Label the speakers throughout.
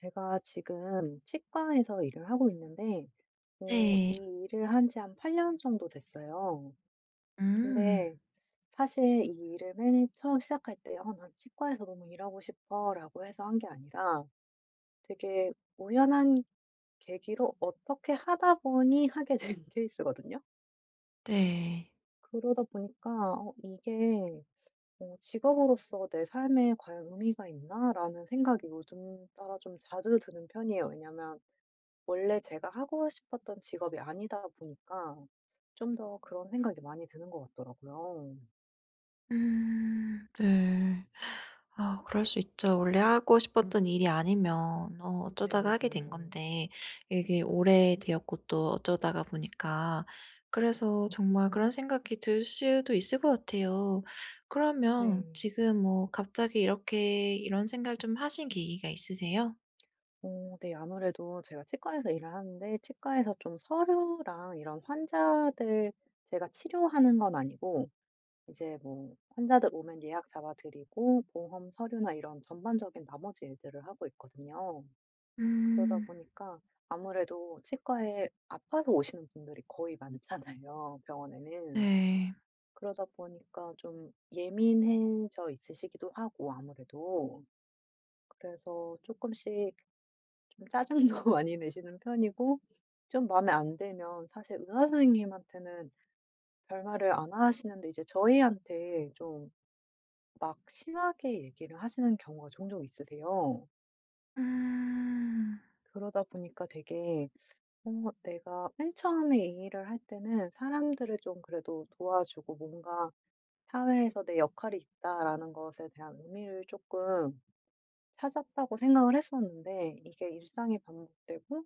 Speaker 1: 제가 지금 치과에서 일을 하고 있는데,
Speaker 2: 네.
Speaker 1: 이 일을 한 지 한 8년 정도 됐어요.
Speaker 2: 음.
Speaker 1: 근데 사실 이 일을 맨 처음 시작할 때, 난 치과에서 너무 일하고 싶어 라고 해서 한 게 아니라 되게 우연한 계기로 어떻게 하다 보니 하게 된 케이스거든요.
Speaker 2: 네.
Speaker 1: 그러다 보니까 이게 직업으로서 내 삶에 과연 의미가 있나라는 생각이 요즘 따라 좀 자주 드는 편이에요. 왜냐면 원래 제가 하고 싶었던 직업이 아니다 보니까 좀 더 그런 생각이 많이 드는 것 같더라고요.
Speaker 2: 음. 네. 아 그럴 수 있죠. 원래 하고 싶었던 일이 아니면
Speaker 1: 네,
Speaker 2: 어쩌다가 하게 된
Speaker 1: 맞아요.
Speaker 2: 건데 이게 오래되었고 또 어쩌다가 보니까, 그래서 정말 그런 생각이 들 수도 있을 것 같아요. 그러면
Speaker 1: 네.
Speaker 2: 지금 뭐 갑자기 이렇게 이런 생각을 좀 하신 계기가 있으세요?
Speaker 1: 네. 아무래도 제가 치과에서 일을 하는데, 치과에서 좀 서류랑 이런 환자들, 제가 치료하는 건 아니고 이제 뭐 환자들 오면 예약 잡아 드리고 보험 서류나 이런 전반적인 나머지 일들을 하고 있거든요. 그러다
Speaker 2: 음.
Speaker 1: 보니까 아무래도 치과에 아파서 오시는 분들이 거의 많잖아요, 병원에는.
Speaker 2: 네.
Speaker 1: 그러다 보니까 좀 예민해져 있으시기도 하고, 아무래도 그래서 조금씩 좀 짜증도 많이 내시는 편이고, 좀 마음에 안 들면 사실 의사 선생님한테는 별말을 안 하시는데 이제 저희한테 좀 막 심하게 얘기를 하시는 경우가 종종 있으세요.
Speaker 2: 음.
Speaker 1: 그러다 보니까 되게 어 내가 맨 처음에 이 일을 할 때는 사람들을 좀 그래도 도와주고, 뭔가 '사회에서 내 역할이 있다.'라는 것에 대한 의미를 조금 찾았다고 생각을 했었는데, 이게 일상이 반복되고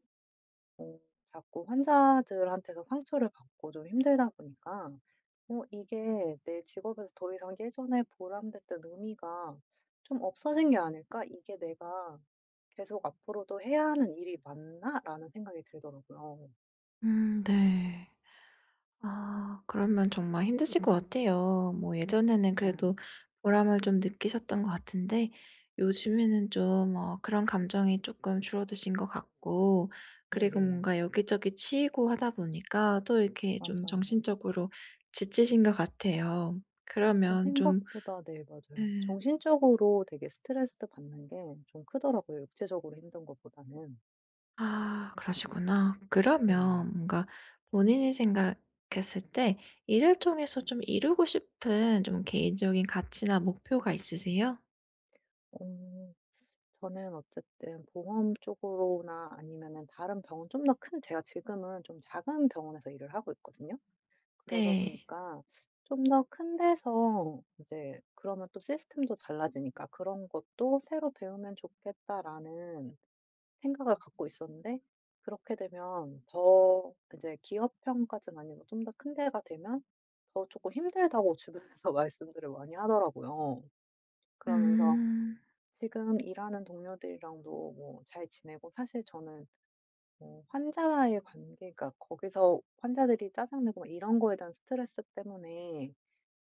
Speaker 1: 자꾸 환자들한테서 상처를 받고 좀 힘들다 보니까 이게 '내 직업에서 더 이상 예전에 보람됐던 의미가 좀 없어진 게 아닐까? 이게 내가 계속 앞으로도 해야 하는 일이 맞나?'라는 생각이 들더라고요.
Speaker 2: 음. 네. 아 그러면 정말 힘드실 것 같아요. 뭐 예전에는
Speaker 1: 맞아요.
Speaker 2: 그래도 보람을 좀 느끼셨던 것 같은데, 요즘에는 좀 그런 감정이 조금 줄어드신 것 같고, 그리고
Speaker 1: 네네.
Speaker 2: 뭔가 여기저기 치이고 하다 보니까 또 이렇게 좀
Speaker 1: 맞아요.
Speaker 2: 정신적으로 지치신 것 같아요. 그러면 좀
Speaker 1: 생각보다, 네, 맞아요,
Speaker 2: 음,
Speaker 1: 정신적으로 되게 스트레스 받는 게 좀 크더라고요, 육체적으로 힘든 것보다는.
Speaker 2: 아 그러시구나. 그러면
Speaker 1: 네.
Speaker 2: 뭔가 본인이 생각했을 때 일을 통해서 좀 이루고 싶은 좀 개인적인 가치나 목표가 있으세요?
Speaker 1: 어. 저는 어쨌든 보험 쪽으로나 아니면은 다른 병원, 좀 더 큰, 제가 지금은 좀 작은 병원에서 일을 하고 있거든요. 그러다
Speaker 2: 네.
Speaker 1: 보니까 좀 더 큰 데서 이제 그러면 또 시스템도 달라지니까 '그런 것도 새로 배우면 좋겠다.'라는 생각을 갖고 있었는데, 그렇게 되면 더 이제 기업형까지는 아니고 좀 더 큰 데가 되면 더 조금 힘들다고 주변에서 말씀들을 많이 하더라고요. 그러면서
Speaker 2: 음.
Speaker 1: 지금 일하는 동료들이랑도 뭐 잘 지내고, 사실 저는 뭐 환자와의 관계 가 거기서, 환자들이 짜증 내고 막 이런 거에 대한 스트레스 때문에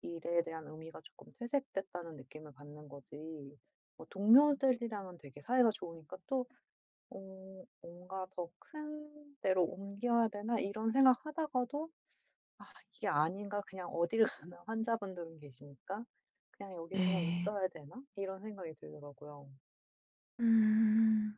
Speaker 1: 일에 대한 의미가 조금 퇴색됐다는 느낌을 받는 거지, 뭐 동료들이랑은 되게 사이가 좋으니까 또 어 '뭔가 더 큰 데로 옮겨야 되나?' 이런 생각하다가도 '아, 이게 아닌가? 그냥 어딜 가나 환자분들은 계시니까. 그냥 여기 그냥
Speaker 2: 네.
Speaker 1: 있어야 되나?' 이런 생각이 들더라고요.
Speaker 2: 음.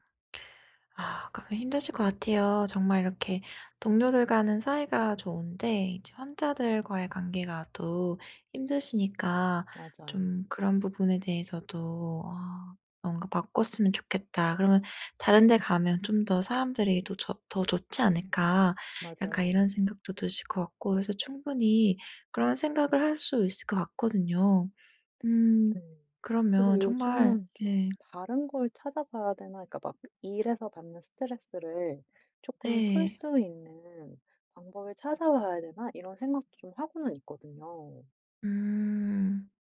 Speaker 2: 아 그럼 힘드실 것 같아요. 정말 이렇게 동료들과는 사이가 좋은데 이제 환자들과의 관계가 또 힘드시니까,
Speaker 1: 맞아요.
Speaker 2: 좀 그런 부분에 대해서도 '아, 뭔가 바꿨으면 좋겠다.' 그러면 '다른 데 가면 좀 더 사람들이 또 더 좋지 않을까?' 약간
Speaker 1: 맞아요.
Speaker 2: 이런 생각도 드실 것 같고, 그래서 충분히 그런 생각을 할 수 있을 것 같거든요. 음.
Speaker 1: 네. 그래서
Speaker 2: 그러면 정말,
Speaker 1: 요즘은
Speaker 2: 예.
Speaker 1: 좀 다른 걸 찾아봐야 되나, 그러니까 막 일에서 받는 스트레스를 조금 풀
Speaker 2: 네.
Speaker 1: 수 있는 방법을 찾아봐야 되나, 이런 생각도 좀 하고는 있거든요.
Speaker 2: 음.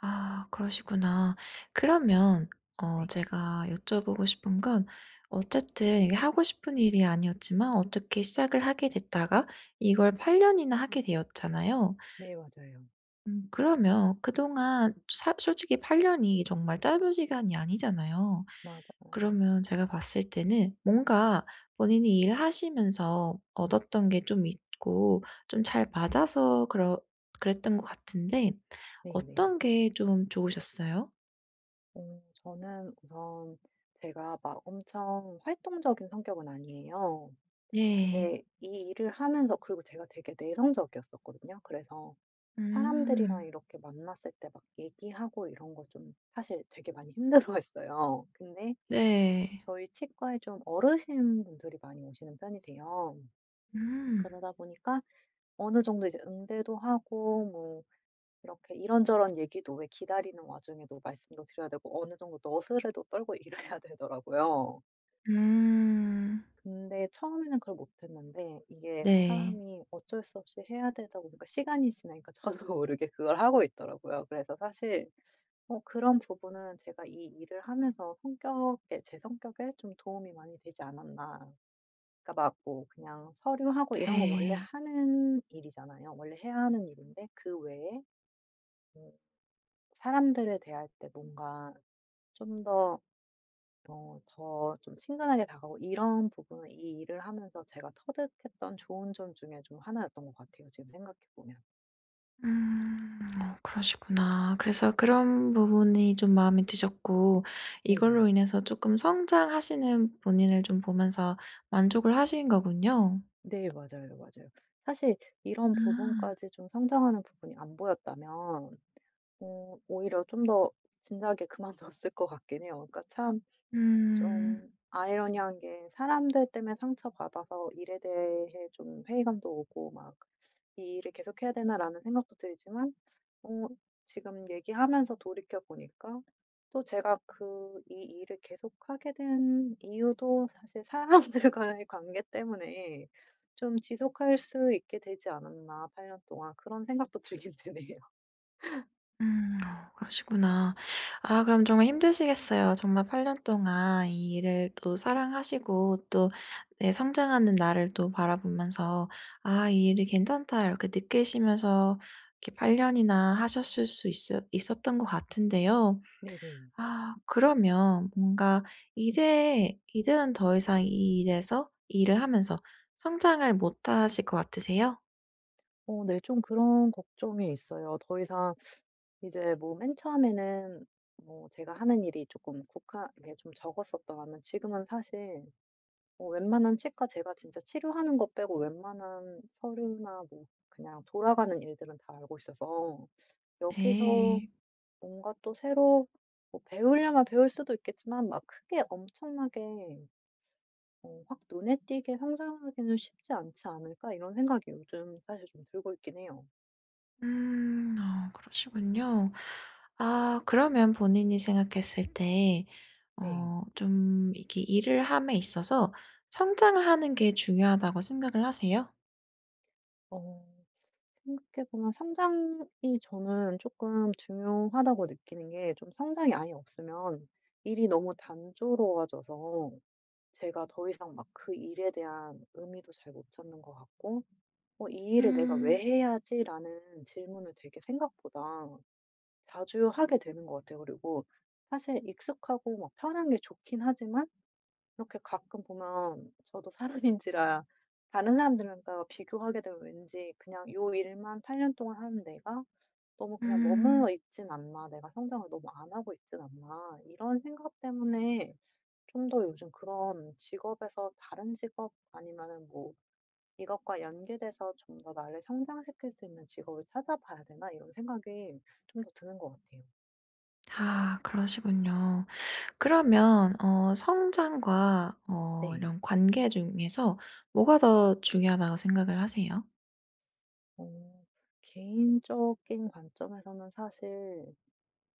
Speaker 2: 아 그러시구나. 그러면
Speaker 1: 네.
Speaker 2: 제가 여쭤보고 싶은 건, 어쨌든 이게 하고 싶은 일이 아니었지만 어떻게 시작을 하게 됐다가 이걸 8 년이나 하게 되었잖아요.
Speaker 1: 네, 맞아요.
Speaker 2: 그러면 그동안 사 솔직히 8 년이 정말 짧은 시간이 아니잖아요.
Speaker 1: 맞아요.
Speaker 2: 그러면 제가 봤을 때는 뭔가 본인이 일하시면서 얻었던 게 좀 있고 좀 잘 맞아서 그러 그랬던 것 같은데,
Speaker 1: 네네.
Speaker 2: 어떤 게 좀 좋으셨어요?
Speaker 1: 저는 우선, 제가 막 엄청 활동적인 성격은 아니에요.
Speaker 2: 네.
Speaker 1: 근데 이 일을 하면서, 그리고 제가 되게 내성적이었었거든요. 그래서 사람들이랑
Speaker 2: 음.
Speaker 1: 이렇게 만났을 때 막 얘기하고 이런 거 좀, 사실 되게 많이 힘들어했어요. 근데
Speaker 2: 네.
Speaker 1: 저희 치과에 좀 어르신 분들이 많이 오시는 편이세요.
Speaker 2: 음.
Speaker 1: 그러다 보니까 어느 정도 이제 응대도 하고, 뭐 이렇게 이런저런 얘기도, 왜, 기다리는 와중에도 말씀도 드려야 되고, 어느 정도 너스레도 떨고 이래야 되더라고요.
Speaker 2: 음.
Speaker 1: 근데 처음에는 그걸 못했는데 이게
Speaker 2: 네.
Speaker 1: 사람이 어쩔 수 없이 해야 되다 보니까 시간이 지나니까 저도 모르게 그걸 하고 있더라고요. 그래서 사실 그런 부분은 제가 이 일을 하면서 성격에 제 성격에 좀 도움이 많이 되지 않았나. 그러니까 막 뭐 그냥 서류하고 이런 거 원래
Speaker 2: 네.
Speaker 1: 하는 일이잖아요. 원래 해야 하는 일인데 그 외에 음, 사람들에 대할 때 뭔가 좀더 좀 친근하게 다가오고 이런 부분은 이 일을 하면서 제가 터득했던 좋은 점 중에 좀 하나였던 것 같아요, 지금 생각해 보면.
Speaker 2: 음. 그러시구나. 그래서 그런 부분이 좀 마음에 드셨고 이걸로
Speaker 1: 네네.
Speaker 2: 인해서 조금 성장하시는 본인을 좀 보면서 만족을 하신 거군요.
Speaker 1: 네, 맞아요, 맞아요. 사실 이런
Speaker 2: 아.
Speaker 1: 부분까지 좀 성장하는 부분이 안 보였다면 오히려 좀 더 진작에 그만뒀을 것 같긴 해요. 그러니까 참
Speaker 2: 음.
Speaker 1: 좀 아이러니한 게, 사람들 때문에 상처받아서 일에 대해 좀 회의감도 오고 막 '이 일을 계속해야 되나.'라는 생각도 들지만, 어 지금 얘기하면서 돌이켜 보니까 또 제가 그 이 일을 계속하게 된 이유도 사실 사람들과의 관계 때문에 좀 '지속할 수 있게 되지 않았나, 8년 동안.' 그런 생각도 들긴 드네요.
Speaker 2: 음. 그러시구나. 아, 그럼 정말 힘드시겠어요. 정말 8년 동안 이 일을 또 사랑하시고, 또 내 성장하는 나를 또 바라보면서 '아, 이 일이 괜찮다.' 이렇게 느끼시면서 이렇게 8 년이나 하셨을 수 있 있었던 것 같은데요.
Speaker 1: 네네.
Speaker 2: 아 그러면 뭔가 이제 이제는 더 이상 이 일에서 이 일을 하면서 성장을 못 하실 것 같으세요?
Speaker 1: 네. 좀 그런 걱정이 있어요. 더 이상, 이제 뭐 맨 처음에는 뭐 제가 하는 일이 조금 국한, 이게 좀 적었었더라면 지금은 사실 뭐 웬만한 치과, 제가 진짜 치료하는 거 빼고 웬만한 서류나 뭐 그냥 돌아가는 일들은 다 알고 있어서 여기서
Speaker 2: 네.
Speaker 1: 뭔가 또 새로 뭐 배우려면 배울 수도 있겠지만 막 크게 엄청나게 '확 눈에 띄게 성장하기는 쉽지 않지 않을까?' 이런 생각이 요즘 사실 좀 들고 있긴 해요.
Speaker 2: 음. 아 그러시군요. 아 그러면 본인이 생각했을 때
Speaker 1: 네.
Speaker 2: 좀 이렇게 일을 함에 있어서 성장을 하는 게 중요하다고 생각을 하세요?
Speaker 1: 어 생각해 보면 성장이 저는 조금 중요하다고 느끼는 게, 좀 성장이 아예 없으면 일이 너무 단조로워져서 제가 더 이상 막 그 일에 대한 의미도 잘 못 찾는 것 같고 '이 일을 내가 왜
Speaker 2: 음.
Speaker 1: 해야지?'라는 질문을 되게 생각보다 자주 하게 되는 것 같아요. 그리고 사실 익숙하고 막 편한 게 좋긴 하지만, 이렇게 가끔 보면 저도 사람인지라 다른 사람들과 비교하게 되면 왠지 그냥 요 일만 8년 동안 하는 내가 너무 그냥
Speaker 2: 음.
Speaker 1: 머물러 있진 않나, 내가 성장을 너무 안 하고 있진 않나, 이런 생각 때문에 좀 더 요즘 그런, 직업에서 다른 직업, 아니면은 뭐 이것과 연계돼서 좀 더 나를 성장시킬 수 있는 직업을 찾아봐야 되나, 이런 생각이 좀 더 드는 것 같아요.
Speaker 2: 아 그러시군요. 그러면 성장과
Speaker 1: 네.
Speaker 2: 이런 관계 중에서 뭐가 더 중요하다고 생각을 하세요?
Speaker 1: 어 개인적인 관점에서는 사실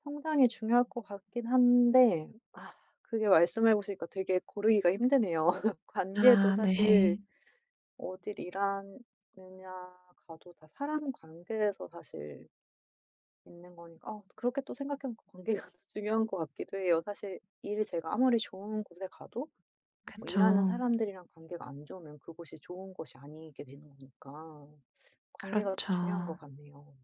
Speaker 1: 성장이 중요할 것 같긴 한데, 아, 그게 말씀해 보시니까 되게 고르기가 힘드네요. 관계도
Speaker 2: 아
Speaker 1: 사실
Speaker 2: 네.
Speaker 1: 어딜 일하느냐 가도 다 사람 관계에서 사실 있는 거니까, 아, 그렇게 또 생각해 보면 관계가 더 중요한 것 같기도 해요. 사실 일이, 제가 아무리 좋은 곳에 가도 뭐 일하는
Speaker 2: 그쵸.
Speaker 1: 사람들이랑 관계가 안 좋으면 그곳이 좋은 곳이 아니게 되는 거니까, 관계가 또
Speaker 2: 그렇죠.
Speaker 1: 중요한 것 같네요.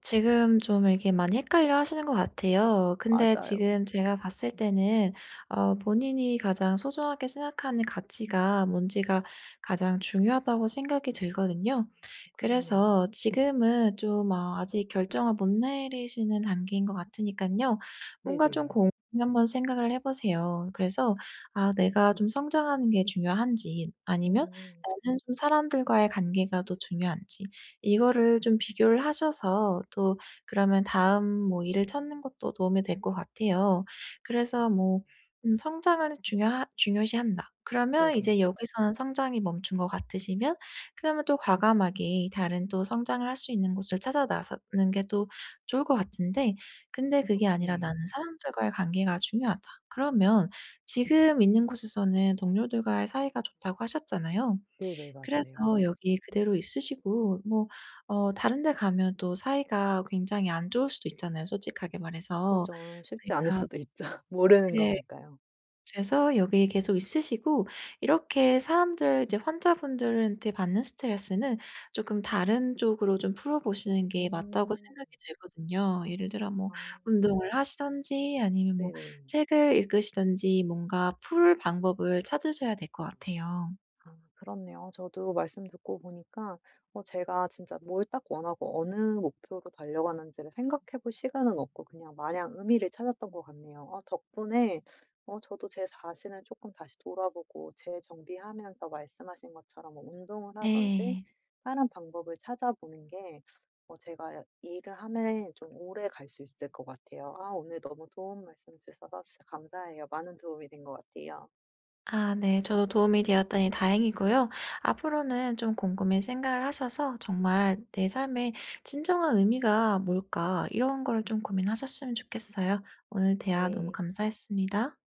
Speaker 2: 지금 좀 이렇게 많이 헷갈려 하시는 것 같아요. 근데
Speaker 1: 맞아요.
Speaker 2: 지금 제가 봤을 때는 본인이 가장 소중하게 생각하는 가치가 뭔지가 가장 중요하다고 생각이 들거든요.
Speaker 1: 그렇네요.
Speaker 2: 그래서 지금은 좀 아직 결정을 못 내리시는 단계인 것 같으니까요, 뭔가 좀
Speaker 1: 네네.
Speaker 2: 공 한번 생각을 해 보세요. 그래서 '아, 내가 좀 성장하는 게 중요한지, 아니면
Speaker 1: 음.
Speaker 2: 나는 좀 사람들과의 관계가 더 중요한지' 이거를 좀 비교를 하셔서, 또 그러면 다음 뭐 일을 찾는 것도 도움이 될 것 같아요. 그래서
Speaker 1: 음.
Speaker 2: 뭐 음, 성장을 중요시한다. 그러면
Speaker 1: 네네.
Speaker 2: 이제 여기서는 성장이 멈춘 것 같으시면, 그러면 또 과감하게 다른 또 성장을 할 수 있는 곳을 찾아 나서는 게 또 좋을 것 같은데, 근데 그게 아니라
Speaker 1: 그렇겠네요.
Speaker 2: '나는 사람들과의 관계가 중요하다.' 그러면 지금 있는 곳에서는 동료들과의 사이가 좋다고 하셨잖아요.
Speaker 1: 네네.
Speaker 2: 그래서
Speaker 1: 맞아요.
Speaker 2: 여기 그대로 있으시고, 뭐 어 다른 데 가면 또 사이가 굉장히 안 좋을 수도 있잖아요, 솔직하게 말해서.
Speaker 1: 그죠. 쉽지 않을
Speaker 2: 그러니까
Speaker 1: 수도 있죠. 모르는
Speaker 2: 네.
Speaker 1: 거니까요.
Speaker 2: 그래서 여기 계속 있으시고 이렇게 사람들, 이제 환자분들한테 받는 스트레스는 조금 다른 쪽으로 좀 풀어보시는 게 맞다고
Speaker 1: 음.
Speaker 2: 생각이 들거든요. 예를 들어 뭐
Speaker 1: 아.
Speaker 2: 운동을 하시든지, 아니면 뭐
Speaker 1: 네네.
Speaker 2: 책을 읽으시든지 뭔가 풀 방법을 찾으셔야 될 것 같아요.
Speaker 1: 아, 그렇네요. 저도 말씀 듣고 보니까 제가 진짜 뭘 딱 원하고 어느 목표로 달려가는지를 생각해 볼 시간은 없고 그냥 마냥 의미를 찾았던 것 같네요. 덕분에 저도 제 자신을 조금 다시 돌아보고 재정비하면서, 말씀하신 것처럼 뭐 운동을 하든지
Speaker 2: 네.
Speaker 1: 다른 방법을 찾아보는 게 제가 일을 하면 좀 오래 갈 수 있을 것 같아요. 아, 오늘 너무 도움 말씀 주셔서 진짜 감사해요. 많은 도움이 된 것 같아요.
Speaker 2: 아 네. 저도 도움이 되었다니 다행이고요. 앞으로는 좀 곰곰이 생각을 하셔서 정말 '내 삶의 진정한 의미가 뭘까?' 이런 거를 좀 고민하셨으면 좋겠어요. 오늘 대화 너무
Speaker 1: 네.
Speaker 2: 감사했습니다.